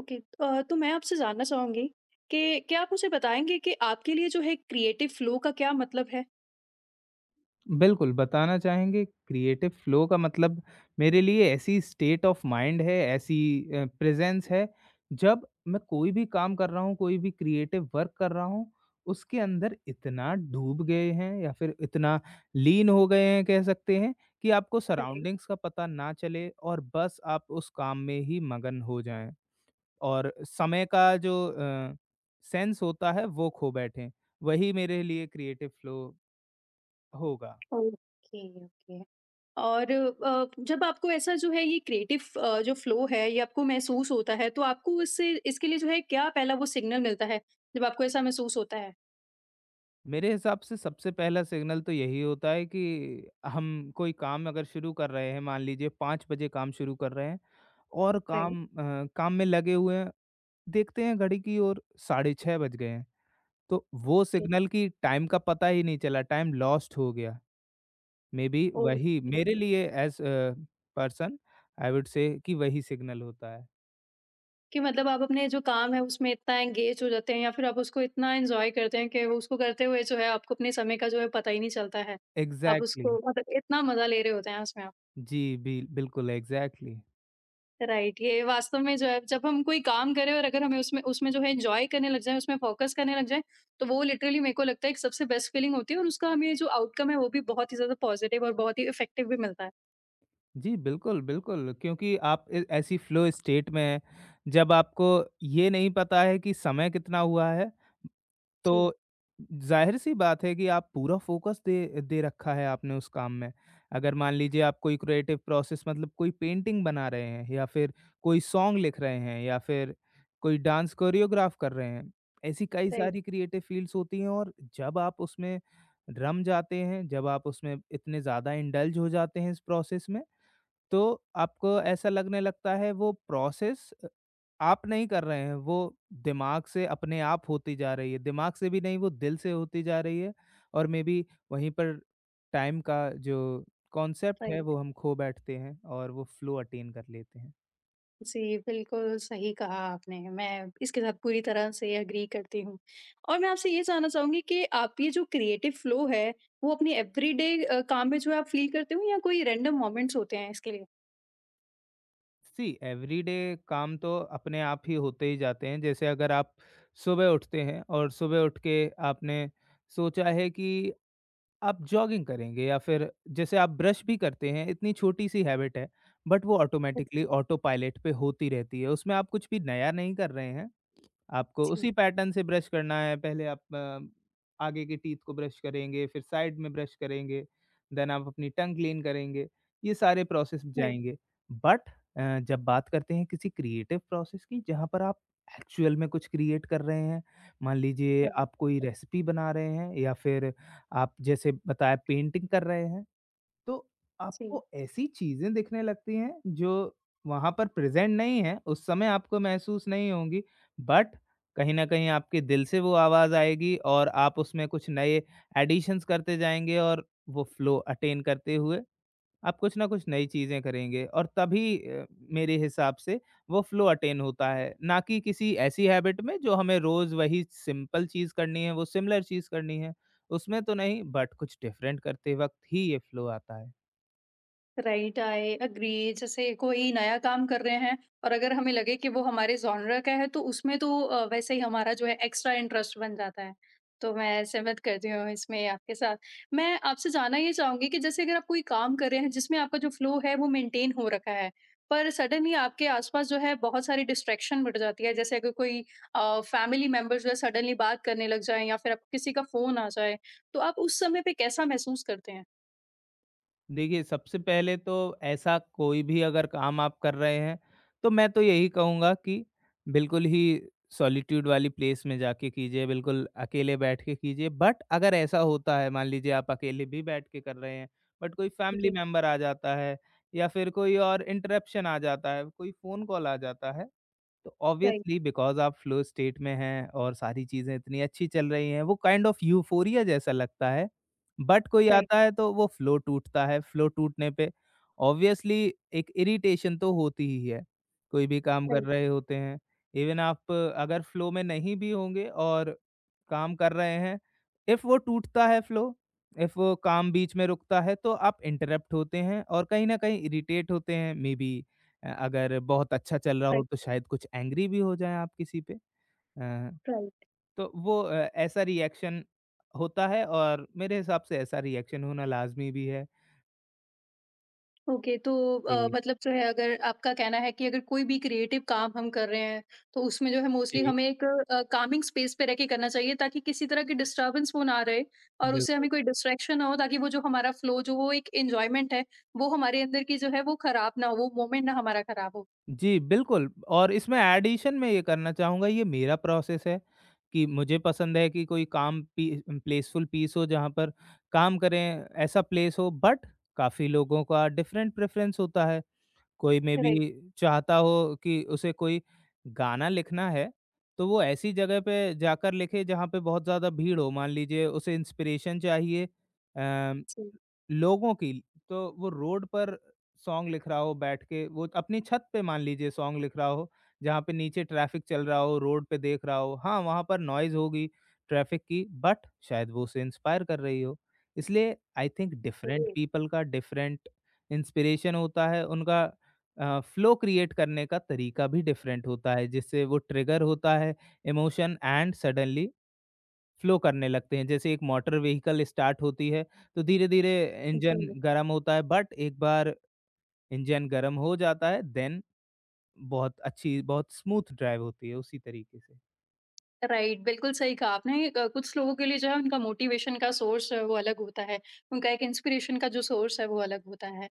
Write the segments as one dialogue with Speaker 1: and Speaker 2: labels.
Speaker 1: Okay. तो मैं आपसे जानना चाहूँगी कि क्या आप मुझे बताएँगे कि आपके लिए जो है क्रिएटिव फ्लो का क्या मतलब है?
Speaker 2: बिल्कुल, बताना चाहेंगे क्रिएटिव फ्लो का मतलब मेरे लिए ऐसी स्टेट ऑफ माइंड है, ऐसी प्रेज़ेंस है, जब मैं कोई भी काम कर रहा हूँ, कोई भी क्रिएटिव वर्क कर रहा हूँ, उसके अंदर इतना डूब गए हैं या फिर इतना लीन हो गए हैं कह सकते हैं कि आपको
Speaker 1: अरे!
Speaker 2: सराउंडिंग्स का पता ना चले और बस आप उस काम में ही मगन हो जाएँ और समय का जो सेंस होता है वो खो बैठें। वही मेरे लिए क्रिएटिव फ्लो होगा।
Speaker 1: Okay, okay. और जब आपको ऐसा जो है ये क्रिएटिव जो फ्लो है ये आपको महसूस होता है तो आपको इससे इसके लिए जो है क्या पहला वो सिग्नल मिलता है, जब आपको ऐसा महसूस होता है?
Speaker 2: मेरे हिसाब से सबसे पहला सिग्नल तो यही होता है कि हम कोई काम अगर शुरू कर रहे हैं, मान लीजिए 5 बजे काम शुरू कर रहे हैं और
Speaker 1: राइट,
Speaker 2: काम में लगे हुए हैं, देखते हैं घड़ी की ओर साढ़े छः बज गए हैं, तो वो
Speaker 1: राइट,
Speaker 2: सिग्नल की टाइम का पता ही नहीं चला, टाइम लॉस्ट हो गया। मे बी वही
Speaker 1: ओके।
Speaker 2: मेरे लिए as person I would say कि वही सिग्नल होता है।
Speaker 1: कि मतलब आप अपने जो काम है उसमें इतना एंगेज हो जाते हैं या फिर आप उसको इतना एन्जॉय करते हैं कि वो उसको करते हुए जो है आपको अपने समय का जो है पता ही नहीं चलता है। आप
Speaker 2: एग्जैक्टली exactly।
Speaker 1: उसको मतलब इतना मज़ा ले रहे होते हैं उसमें आप।
Speaker 2: जी, बिल्कुल एग्जैक्टली।
Speaker 1: राइट, ये वास्तव में जो है जब हम कोई काम करें और अगर हमें उसमें उसमें जो है एन्जॉय करने लग जाएँ, उसमें फ़ोकस करने लग जाएँ, तो वो लिटरली मेरे को लगता है एक सबसे बेस्ट फीलिंग होती है और उसका हमें जो आउटकम है वो भी बहुत ही ज़्यादा पॉज़िटिव और बहुत ही इफ़ेक्टिव भी मिलता है।
Speaker 2: जी, बिल्कुल, बिल्कुल, क्योंकि आप ए ऐसी फ़्लो स्टेट में हैं, जब आपको ये नहीं पता है कि समय कितना हुआ है,
Speaker 1: जी,
Speaker 2: तो ज़ाहिर-सी बात है कि आप पूरा फ़ोकस दे दे रखा है आपने उस काम में। अगर मान लीजिए आप कोई क्रिएटिव प्रोसेस मतलब कोई पेंटिंग बना रहे हैं या फिर कोई सॉन्ग लिख रहे हैं या फिर कोई डांस कोरियोग्राफ कर रहे हैं, ऐसी कई
Speaker 1: राइट,
Speaker 2: सारी क्रिएटिव फ़ील्ड्स होती हैं और जब आप उसमें रम जाते हैं, जब आप उसमें इतने ज़्यादा इंडल्ज हो जाते हैं इस प्रोसेस में, तो आपको ऐसा लगने लगता है वो आप नहीं कर रहे हैं, वो दिमाग से अपने आप होती जा रही है। दिमाग से भी नहीं, वो दिल से होती जा रही है और मेबी वहीं पर टाइम का जो कॉन्सेप्ट है,
Speaker 1: राइट।
Speaker 2: वो हम खो बैठते हैं और वो फ्लो अटेन कर लेते हैं।
Speaker 1: जी, बिल्कुल सही कहा आपने। मैं इसके साथ पूरी तरह से एग्री करती हूँ। और मैं आपसे ये जानना चाहूँगी कि आप ये जो क्रिएटिव फ्लो है, वो अपने एवरीडे काम में जो है आप फ़ील करते हो या कोई रैंडम मोमेंट्स होते हैं इसके लिए?
Speaker 2: सी एवरीडे काम तो अपने आप ही होते ही जाते हैं। जैसे अगर आप सुबह उठते हैं और सुबह उठ के आपने सोचा है कि आप जॉगिंग करेंगे या फिर जैसे आप ब्रश भी करते हैं, इतनी छोटी-सी हैबिट है, बट वो
Speaker 1: हुँ,
Speaker 2: ऑटोमैटिकली ऑटो पायलट पे होती रहती है। उसमें आप कुछ भी नया नहीं कर रहे हैं। आपको
Speaker 1: जी।
Speaker 2: उसी पैटर्न से ब्रश करना है, पहले आप आगे के टीथ को ब्रश करेंगे, फिर साइड में ब्रश करेंगे, देन आप अपनी टंग क्लीन करेंगे, ये सारे प्रोसेस
Speaker 1: राइट,
Speaker 2: जाएंगे। बट जब बात करते हैं किसी क्रिएटिव प्रोसेस की, जहाँ पर आप एक्चुअल में कुछ क्रिएट कर रहे हैं, मान लीजिए
Speaker 1: राइट।
Speaker 2: आप कोई रेसिपी बना रहे हैं या फिर आप, जैसे बताया, पेंटिंग कर रहे हैं, तो
Speaker 1: जी।
Speaker 2: आपको ऐसी चीज़ें दिखने लगती हैं जो वहाँ पर प्रेज़ेंट नहीं है, उस समय आपको महसूस नहीं होंगी, बट कहीं न कहीं आपके दिल से वो आवाज़ आएगी और आप उसमें कुछ नए एडिशंस करते जाएँगे और वो फ़्लो अटेन करते हुए आप कुछ न कुछ नई चीज़ें करेंगे और तभी, मेरे हिसाब से, वो फ़्लो अटेन होता है, ना कि किसी ऐसी हैबिट में जो हमें रोज़ वही सिंपल चीज़ करनी है, वो सिमिलर चीज़ करनी है, उसमें तो नहीं बट कुछ डिफरेंट करते वक़्त ही ये फ़्लो आता है।
Speaker 1: Right, I agree. जैसे कोई नया काम कर रहे हैं और अगर हमें लगे कि वो हमारे जॉनर का है तो उसमें तो वैसे ही हमारा जो है एक्स्ट्रा इंटरेस्ट बन जाता है, तो मैं सहमत करती हूँ इसमें आपके साथ। मैं आपसे जानना ये चाहूंगी कि जैसे अगर आप कोई काम कर रहे हैं जिसमें आपका जो फ्लो है वो मेंटेन हो रखा है, पर सडनली आपके आसपास जो है बहुत सारी डिस्ट्रैक्शन बढ़ जाती है, जैसे अगर कोई फैमिली मेंबर जो है सडनली बात करने लग जाए या फिर आप किसी का फोन आ जाए, तो आप उस समय पे कैसा महसूस करते हैं?
Speaker 2: देखिए, सबसे पहले तो ऐसा कोई भी अगर काम आप कर रहे हैं, तो मैं तो यही कहूँगा कि बिल्कुल ही सॉलिट्यूड वाली प्लेस में जाके कीजिए, बिल्कुल अकेले बैठ के कीजिए। बट अगर ऐसा होता है, मान लीजिए आप अकेले भी बैठ के कर रहे हैं, बट कोई फैमिली
Speaker 1: जी,
Speaker 2: मेंबर आ जाता है या फिर कोई और इंटरप्शन आ जाता है, कोई फ़ोन कॉल आ जाता है, तो
Speaker 1: राइट,
Speaker 2: ऑब्वियसली बिकॉज़ आप फ़्लो स्टेट में हैं और सारी चीज़ें इतनी अच्छी चल रही हैं, वो काइंड ऑफ़ यूफ़ोरिया जैसा लगता है। बट कोई आता
Speaker 1: राइट,
Speaker 2: है तो वो फ़्लो टूटता है, फ़्लो टूटने पे ऑब्वियसली एक इरिटेशन तो होती ही है, कोई भी काम कर
Speaker 1: राइट,
Speaker 2: रहे होते हैं। इवन आप अगर फ़्लो में नहीं भी होंगे और काम कर रहे हैं, इफ़ वो टूटता है फ़्लो, इफ़ वो काम बीच में रुकता है, तो आप इंटरप्ट होते हैं और कहीं न कहीं इरिटेट होते हैं, मेबी अगर बहुत अच्छा चल रहा हो
Speaker 1: राइट,
Speaker 2: तो शायद कुछ एंग्री भी हो जाएँ आप किसी पे। अ,
Speaker 1: राइट,
Speaker 2: तो वो ऐसा रिएक्शन होता है और मेरे हिसाब से ऐसा रिएक्शन होना लाज़मी भी है।
Speaker 1: ओके। तो
Speaker 2: जी,
Speaker 1: मतलब जो है अगर आपका कहना है कि अगर कोई भी क्रिएटिव काम हम कर रहे हैं, तो उसमें जो है मोस्टली
Speaker 2: जी,
Speaker 1: हमें एक कामिंग स्पेस पे रह के करना चाहिए ताकि किसी तरह की डिस्टरबेंस वो ना रहे, और उससे
Speaker 2: बिल्कुल।
Speaker 1: हमें कोई डिस्ट्रैक्शन ना हो, ताकि वो जो हमारा फ्लो जो वो एक एंजॉयमेंट है वो हमारे अंदर की जो है वो खराब ना हो, वो मोमेंट ना हमारा खराब हो।
Speaker 2: जी, बिल्कुल और इसमें एडिशन मैं ये करना चाहूँगा, ये मेरा प्रोसेस है कि मुझे पसंद है कि कोई काम पी प्लेसफुल पीस हो जहाँ पर काम करें, ऐसा प्लेस हो, बट काफ़ी लोगों का डिफरेंट प्रेफ़रेंस होता है। कोई मे बी
Speaker 1: राइट,
Speaker 2: चाहता हो कि उसे कोई गाना लिखना है, तो वो ऐसी जगह पे जाकर लिखे जहाँ पे बहुत ज़्यादा भीड़ हो। मान लीजिए उसे इंस्पिरेशन चाहिए, अ,
Speaker 1: जी,
Speaker 2: लोगों की, तो वो रोड पर सॉन्ग लिख रहा हो बैठ के, वो अपनी छत पे मान लीजिए सॉन्ग लिख रहा हो जहाँ पे नीचे ट्रैफिक चल रहा हो, रोड पे देख रहा हो, हाँ वहाँ पर नॉइज होगी ट्रैफिक की, बट शायद वो उसे इंस्पायर कर रही हो। इसलिए आई थिंक डिफरेंट
Speaker 1: चलिए,
Speaker 2: पीपल का डिफरेंट इंस्पिरेशन होता है, उनका फ्लो क्रिएट करने का तरीका भी डिफरेंट होता है जिससे वो ट्रिगर होता है इमोशन एंड सडनली फ्लो करने लगते हैं। जैसे एक मोटर व्हीकल स्टार्ट होती है, तो धीरे-धीरे इंजन
Speaker 1: जी।
Speaker 2: गरम होता है, बट एक बार इंजन गरम हो जाता है, देन बहुत अच्छी, बहुत स्मूथ ड्राइव होती है, उसी तरीके से।
Speaker 1: राइट, बिल्कुल सही कहा आपने। कुछ लोगों के लिए जो है उनका मोटिवेशन का सोर्स वो अलग होता है, उनका एक इंस्पिरेशन का जो सोर्स है वो अलग होता है।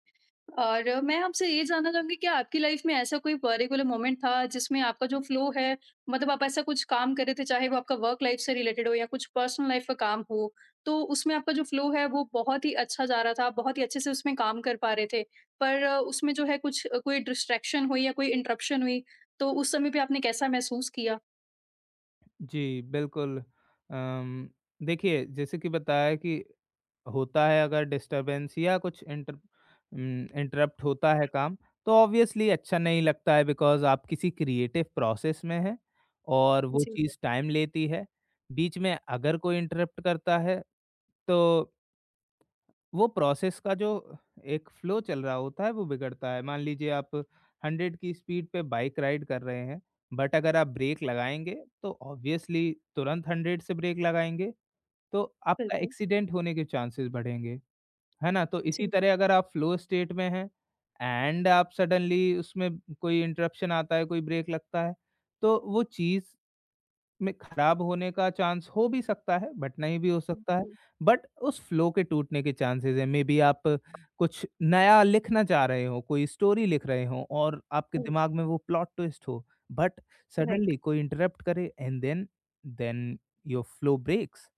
Speaker 1: और मैं आपसे ये जानना चाहूँगी कि आपकी लाइफ में ऐसा कोई पर्टिकुलर मोमेंट था जिसमें आपका जो फ्लो है, मतलब आप ऐसा कुछ काम कर रहे थे चाहे वो आपका वर्क लाइफ से रिलेटेड हो या कुछ पर्सनल लाइफ का काम हो, तो उसमें आपका जो फ्लो है वो बहुत ही अच्छा जा रहा था, आप बहुत ही अच्छे से उसमें काम कर पा रहे थे। पर उसमें जो है कुछ कोई डिस्ट्रैक्शन हुई या कोई इंटरप्शन हुई, तो उस समय पे आपने कैसा महसूस किया?
Speaker 2: जी, बिल्कुल। अम, देखिए, जैसे कि बताया, कि होता है अगर डिस्टर्बेंस या कुछ इंटरप्ट होता है काम, तो ऑब्वियसली अच्छा नहीं लगता है बिकॉज़ आप किसी क्रिएटिव प्रोसेस में हैं और वो
Speaker 1: जी,
Speaker 2: चीज़ टाइम लेती है। बीच में अगर कोई इंटरप्ट करता है तो वो प्रोसेस का जो एक फ्लो चल रहा होता है वो बिगड़ता है। मान लीजिए आप 100 की स्पीड पे बाइक राइड कर रहे हैं, बट अगर आप ब्रेक लगाएँगे, तो ऑब्वियसली तुरंत 100 से ब्रेक लगाएँगे, तो आपका
Speaker 1: बिल्कुल।
Speaker 2: एक्सीडेंट होने के चांसेस बढ़ेंगे, है ना? तो इसी
Speaker 1: जी,
Speaker 2: तरह अगर आप फ्लो स्टेट में हैं एंड आप सडनली उसमें कोई इंटरप्शन आता है, कोई ब्रेक लगता है, तो वो चीज़ में खराब होने का चांस हो भी सकता है, बट नहीं भी हो
Speaker 1: हुँ,
Speaker 2: सकता है।
Speaker 1: हुँ,
Speaker 2: बट उस फ्लो के टूटने के चांसेज़ हैं, मेबी आप कुछ नया लिखना चाह रहे हो, कोई स्टोरी लिख रहे हो और आपके
Speaker 1: हुँ,
Speaker 2: दिमाग में वो प्लॉट ट्विस्ट हो, बट
Speaker 1: राइट।
Speaker 2: सडनली कोई इंटरप्ट करे and then then your flow breaks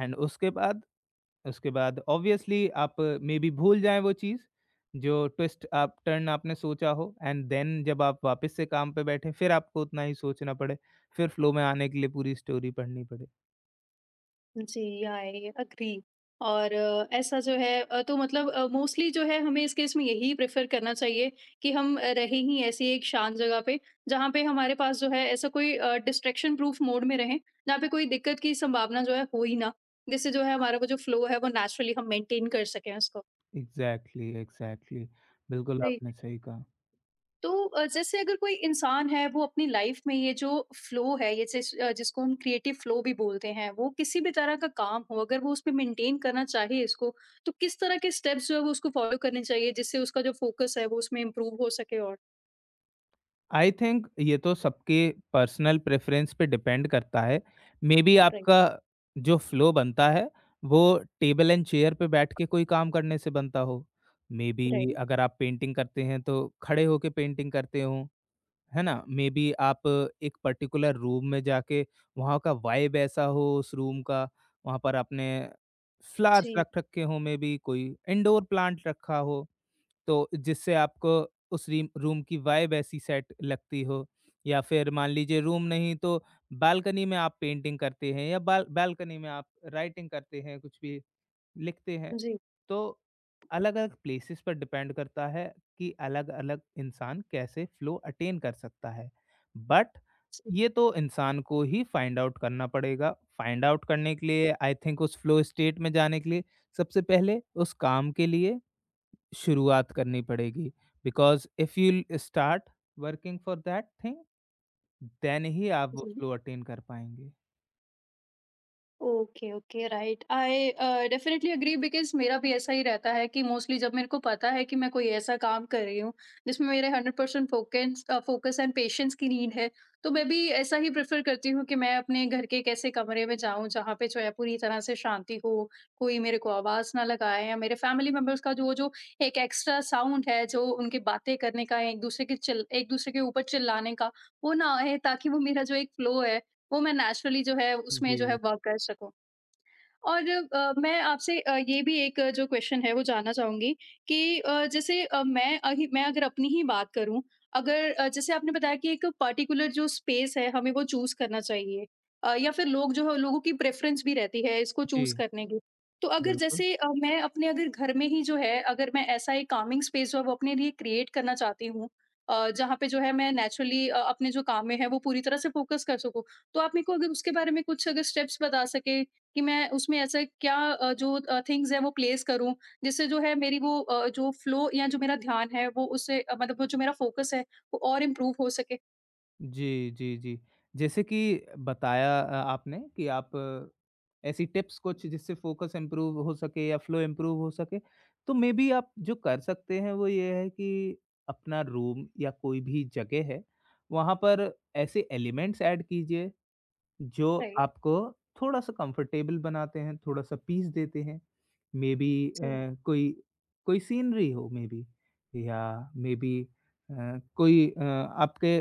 Speaker 2: and उसके बाद ऑब्वियसली आप मे बी भूल जाएँ वो चीज़, जो ट्विस्ट आप टर्न आपने सोचा हो, एंड देन जब आप वापस से काम पे बैठें, फिर आपको उतना ही सोचना पड़े, फिर फ्लो में आने के लिए पूरी स्टोरी पढ़नी पड़े।
Speaker 1: जी, आई एग्री। और ऐसा जो है तो मतलब मोस्टली जो है हमें इस केस में यही प्रेफ़र करना चाहिए कि हम रहें ही ऐसी एक शांत जगह पे, जहाँ पे हमारे पास जो है ऐसा कोई डिस्ट्रैक्शन प्रूफ मोड में रहें, जहाँ पे कोई दिक्कत की संभावना जो है हो ही ना। जिससे जो है हमारा वो जो फ्लो है वो नेचुरली हम मेंटेन कर सकें उसको।
Speaker 2: Exactly, exactly. बिल्कुल
Speaker 1: सही।
Speaker 2: आपने सही कहा।
Speaker 1: तो जैसे अगर कोई इंसान है वो अपनी लाइफ में ये जो फ्लो है ये जिस जिसको हम क्रिएटिव फ्लो भी बोलते हैं, वो किसी भी तरह का काम हो, अगर वो उसमें मेंटेन करना चाहे इसको, तो किस तरह के स्टेप्स जो है वो उसको फॉलो करने चाहिए जिससे उसका जो फोकस है वो उसमें इम्प्रूव हो सके। और
Speaker 2: आई थिंक ये तो सबके पर्सनल प्रेफरेंस पे डिपेंड करता है। मे बी
Speaker 1: राइट,
Speaker 2: आपका जो फ्लो बनता है वो टेबल एंड चेयर पे बैठ के कोई काम करने से बनता हो। मे बी
Speaker 1: राइट,
Speaker 2: अगर आप पेंटिंग करते हैं तो खड़े होके पेंटिंग करते हो, है ना? मे बी आप एक पर्टिकुलर रूम में जाके, वहाँ का वाइब ऐसा हो उस रूम का, वहाँ पर आपने फ्लावर्स
Speaker 1: जी,
Speaker 2: रख रखे हों, मे बी कोई इंडोर प्लांट रखा हो। तो जिससे आपको उस रीम रूम की वाइब ऐसी सेट लगती हो, या फिर मान लीजिए रूम नहीं तो बालकनी में आप पेंटिंग करते हैं या बालकनी में आप राइटिंग करते हैं, कुछ भी लिखते हैं,
Speaker 1: जी,
Speaker 2: तो अलग अलग प्लेसेस पर डिपेंड करता है कि अलग अलग इंसान कैसे फ्लो अटेन कर सकता है। बट
Speaker 1: जी,
Speaker 2: ये तो इंसान को ही फाइंड आउट करना पड़ेगा। फाइंड आउट करने के लिए आई थिंक उस फ्लो स्टेट में जाने के लिए सबसे पहले उस काम के लिए शुरुआत करनी पड़ेगी, because if you start working for that thing, then ही आप वो
Speaker 1: जी,
Speaker 2: फ्लो अटेन कर पाएँगे।
Speaker 1: Okay, okay, right. I definitely agree, because मेरा भी ऐसा ही रहता है कि मोस्टली जब मेरे को पता है कि मैं कोई ऐसा काम कर रही हूँ, जिसमें मेरे 100% फ़ोकस एंड पेशेंस की नीड है, तो मैं भी ऐसा ही प्रेफ़र करती हूँ कि मैं अपने घर के एक ऐसे कमरे में जाऊँ, जहाँ पे जो है पूरी तरह से शांति हो, कोई मेरे को आवाज़ ना लगाए, या मेरे फ़ैमिली मेंबर्स का जो जो एक एक्स्ट्रा साउंड है, जो उनकी बातें करने का, एक-दूसरे के चिल एक-दूसरे के ऊपर चिल्लाने का, वो ना आए, ताकि वो मेरा जो एक फ़्लो है वो मैं नेचुरली जो है उसमें जो है
Speaker 2: जी।
Speaker 1: वर्क कर सकूँ। और मैं आपसे ये भी एक जो क्वेश्चन है वो जानना चाहूँगी कि जैसे मैं अगर अपनी ही बात करूँ, अगर जैसे आपने बताया कि एक पर्टिकुलर जो स्पेस है हमें वो चूज़ करना चाहिए, या फिर लोग जो है लोगों की प्रेफ़रेंस भी रहती है इसको
Speaker 2: जी।
Speaker 1: चूज़ करने की। तो अगर
Speaker 2: बिल्कुल।
Speaker 1: जैसे मैं अपने अगर घर में ही जो है अगर मैं ऐसा एक कामिंग स्पेस जो है वो अपने लिए क्रिएट करना चाहती हूँ, जहाँ पे जो है मैं नेचुरली अपने जो काम में है वो पूरी तरह से फ़ोकस कर सकूँ। तो आप मेरे को अगर उसके बारे में कुछ अगर स्टेप्स बता सकें कि मैं उसमें ऐसा क्या जो थिंग्स हैं वो प्लेस करूँ, जिससे जो है मेरी वो जो फ्लो या जो मेरा ध्यान है वो उससे मतलब वो जो मेरा फ़ोकस है वो और इम्प्रूव हो सके।
Speaker 2: जी, जी, जी। जैसे कि बताया, आपने कि ऐसी टिप्स कुछ जिससे फ़ोकस इम्प्रूव हो सके या फ्लो इम्प्रूव हो सके, तो मे बी आप जो कर सकते हैं वो ये है कि अपना रूम या कोई भी जगह है, वहाँ पर ऐसे एलिमेंट्स ऐड कीजिए जो
Speaker 1: राइट,
Speaker 2: आपको थोड़ा-सा कंफर्टेबल बनाते हैं, थोड़ा-सा पीस देते हैं। मेबी
Speaker 1: जी,
Speaker 2: कोई कोई सीनरी हो, मेबी या मेबी कोई आपके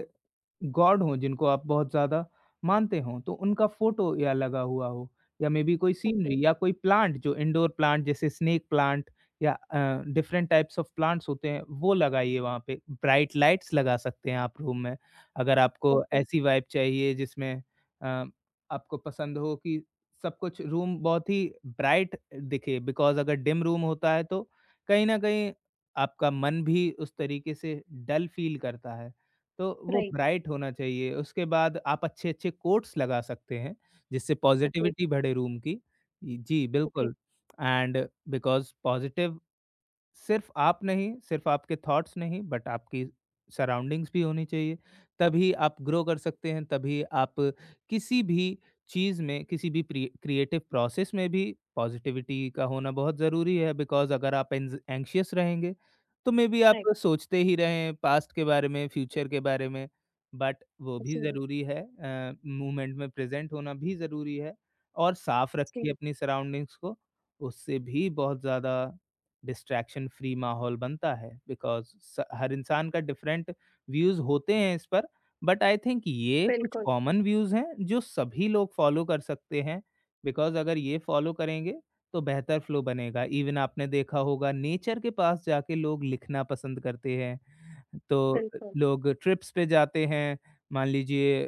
Speaker 2: गॉड हों जिनको आप बहुत ज़्यादा मानते हों, तो उनका फ़ोटो या लगा हुआ हो, या मेबी कोई
Speaker 1: ओके,
Speaker 2: सीनरी या कोई प्लांट जो इंडोर प्लांट जैसे स्नेक प्लांट या डिफरेंट टाइप्स ऑफ प्लांट्स होते हैं, वो लगाइए वहाँ पे। ब्राइट लाइट्स लगा सकते हैं आप रूम में, अगर आपको
Speaker 1: ओके,
Speaker 2: ऐसी वाइब चाहिए जिसमें अ, आपको पसंद हो कि सब कुछ रूम बहुत ही ब्राइट दिखे, बिकॉज़ अगर डिम रूम होता है तो कहीं न कहीं आपका मन भी उस तरीके से डल फ़ील करता है। तो वो
Speaker 1: राइट,
Speaker 2: ब्राइट होना चाहिए। उसके बाद आप अच्छे-अच्छे कोट्स लगा सकते हैं, जिससे
Speaker 1: ओके,
Speaker 2: पॉज़िटिविटी बढ़े रूम की। जी,
Speaker 1: ओके,
Speaker 2: बिल्कुल एंड बिकॉज़ पॉज़िटिव सिर्फ आप नहीं, सिर्फ आपके थॉट्स नहीं, बट आपकी सराउंडिंग्स भी होनी चाहिए। तभी आप ग्रो कर सकते हैं, तभी आप किसी भी चीज़ में, किसी भी प्रि क्रिएटिव प्रोसेस में भी पॉज़िटिविटी का होना बहुत ज़रूरी है, बिकॉज़ अगर आप एंज़ एंग्ज़ियस रहेंगे, तो मेबी आप
Speaker 1: राइट,
Speaker 2: सोचते ही रहें पास्ट के बारे में, फ्यूचर के बारे में, बट वो भी
Speaker 1: जी,
Speaker 2: ज़रूरी है। मोमेंट में प्रेज़ेंट होना भी ज़रूरी है और साफ़ रखिए
Speaker 1: जी,
Speaker 2: अपनी सराउंडिंग्स को, उससे भी बहुत ज़्यादा डिस्ट्रैक्शन फ्री माहौल बनता है, बिकॉज़ स हर इंसान का डिफरेंट व्यूज़ होते हैं इस पर, बट आई थिंक ये कुछ
Speaker 1: बिल्कुल,
Speaker 2: कॉमन व्यूज़ हैं जो सभी लोग फॉलो कर सकते हैं, बिकॉज़ अगर ये फॉलो करेंगे तो बेहतर फ्लो बनेगा। इवन आपने देखा होगा नेचर के पास जाके लोग लिखना पसंद करते हैं, तो
Speaker 1: बिल्कुल,
Speaker 2: लोग ट्रिप्स पे जाते हैं। मान लीजिए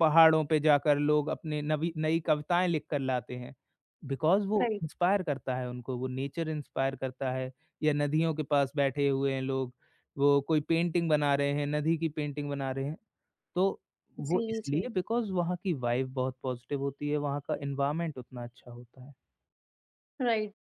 Speaker 2: पहाड़ों पे जाकर लोग अपने नवी नई कविताएँ लिख कर लाते हैं। बिकॉज़ वो
Speaker 1: राइट,
Speaker 2: इंस्पायर करता है उनको, वो नेचर इंस्पायर करता है, या नदियों के पास बैठे हुए हैं लोग, वो कोई पेंटिंग बना रहे हैं, नदी की पेंटिंग बना रहे हैं। तो वो
Speaker 1: जी, जी।
Speaker 2: इसलिए बिकॉज़ वहाँ की वाइब बहुत पॉजिटिव होती है, वहाँ का एनवायरनमेंट उतना अच्छा होता है।
Speaker 1: Right.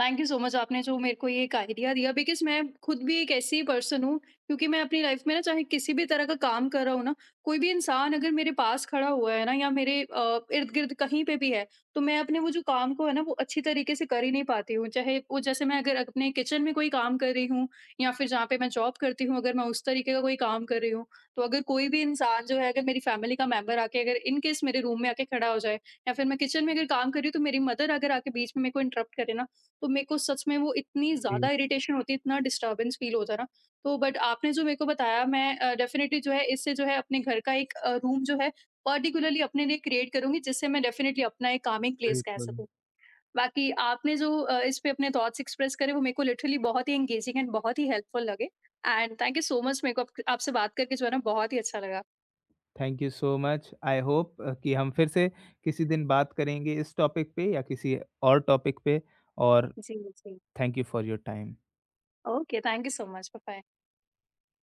Speaker 1: Thank you so much, आपने जो मेरे को ये एक आइडिया दिया, बिकॉज़ मैं खुद भी एक ऐसी पर्सन हूँ क्योंकि मैं अपनी लाइफ़ में ना, चाहे किसी भी तरह का काम कर रहा हूँ ना, कोई भी इंसान अगर मेरे पास खड़ा हुआ है ना, या मेरे इर्द-गिर्द कहीं पे भी है, तो मैं अपने वो जो काम को है ना वो अच्छी तरीके से कर ही नहीं पाती हूँ। चाहे वो जैसे मैं अगर अपने किचन में कोई काम कर रही हूँ, या फिर जहाँ पे मैं जॉब करती हूँ अगर मैं उस तरीके का कोई काम कर रही हूँ, तो अगर कोई भी इंसान जो है अगर मेरी फैमिली का मेंबर आके अगर इन केस मेरे रूम में आके खड़ा हो जाए, या फिर मैं किचन में अगर काम कर रही हूँ तो मेरी मदर अगर आके बीच में मेरे को इंटरप्ट करे ना, तो मेरे को सच में वो इतनी
Speaker 2: जी,
Speaker 1: ज़्यादा इरिटेशन होती है, इतना डिस्टर्बेंस फील होता है ना। तो बट आपने जो मेरे को बताया, मैं डेफिनेटली जो है इससे जो है अपने घर का एक रूम जो है पर्टिकुलरली अपने लिए क्रिएट करूंगी, जिससे मैं डेफिनेटली अपना एक कामिंग प्लेस कह
Speaker 2: बिल्कुल।
Speaker 1: सकूँ। बाकी आपने जो इस पे अपने थॉट्स एक्सप्रेस करे वो मेरे को लिटरली बहुत ही एंगेजिंग एंड बहुत ही हेल्पफुल लगे, and thank you so much, मेरे को आपसे बात करके जो है ना बहुत ही अच्छा लगा।
Speaker 2: Thank you so much. I hope कि हम फिर से किसी दिन बात करेंगे इस टॉपिक पे या किसी और टॉपिक पे और
Speaker 1: जी, जी,
Speaker 2: thank you for your time.
Speaker 1: Okay, thank you so much, bye.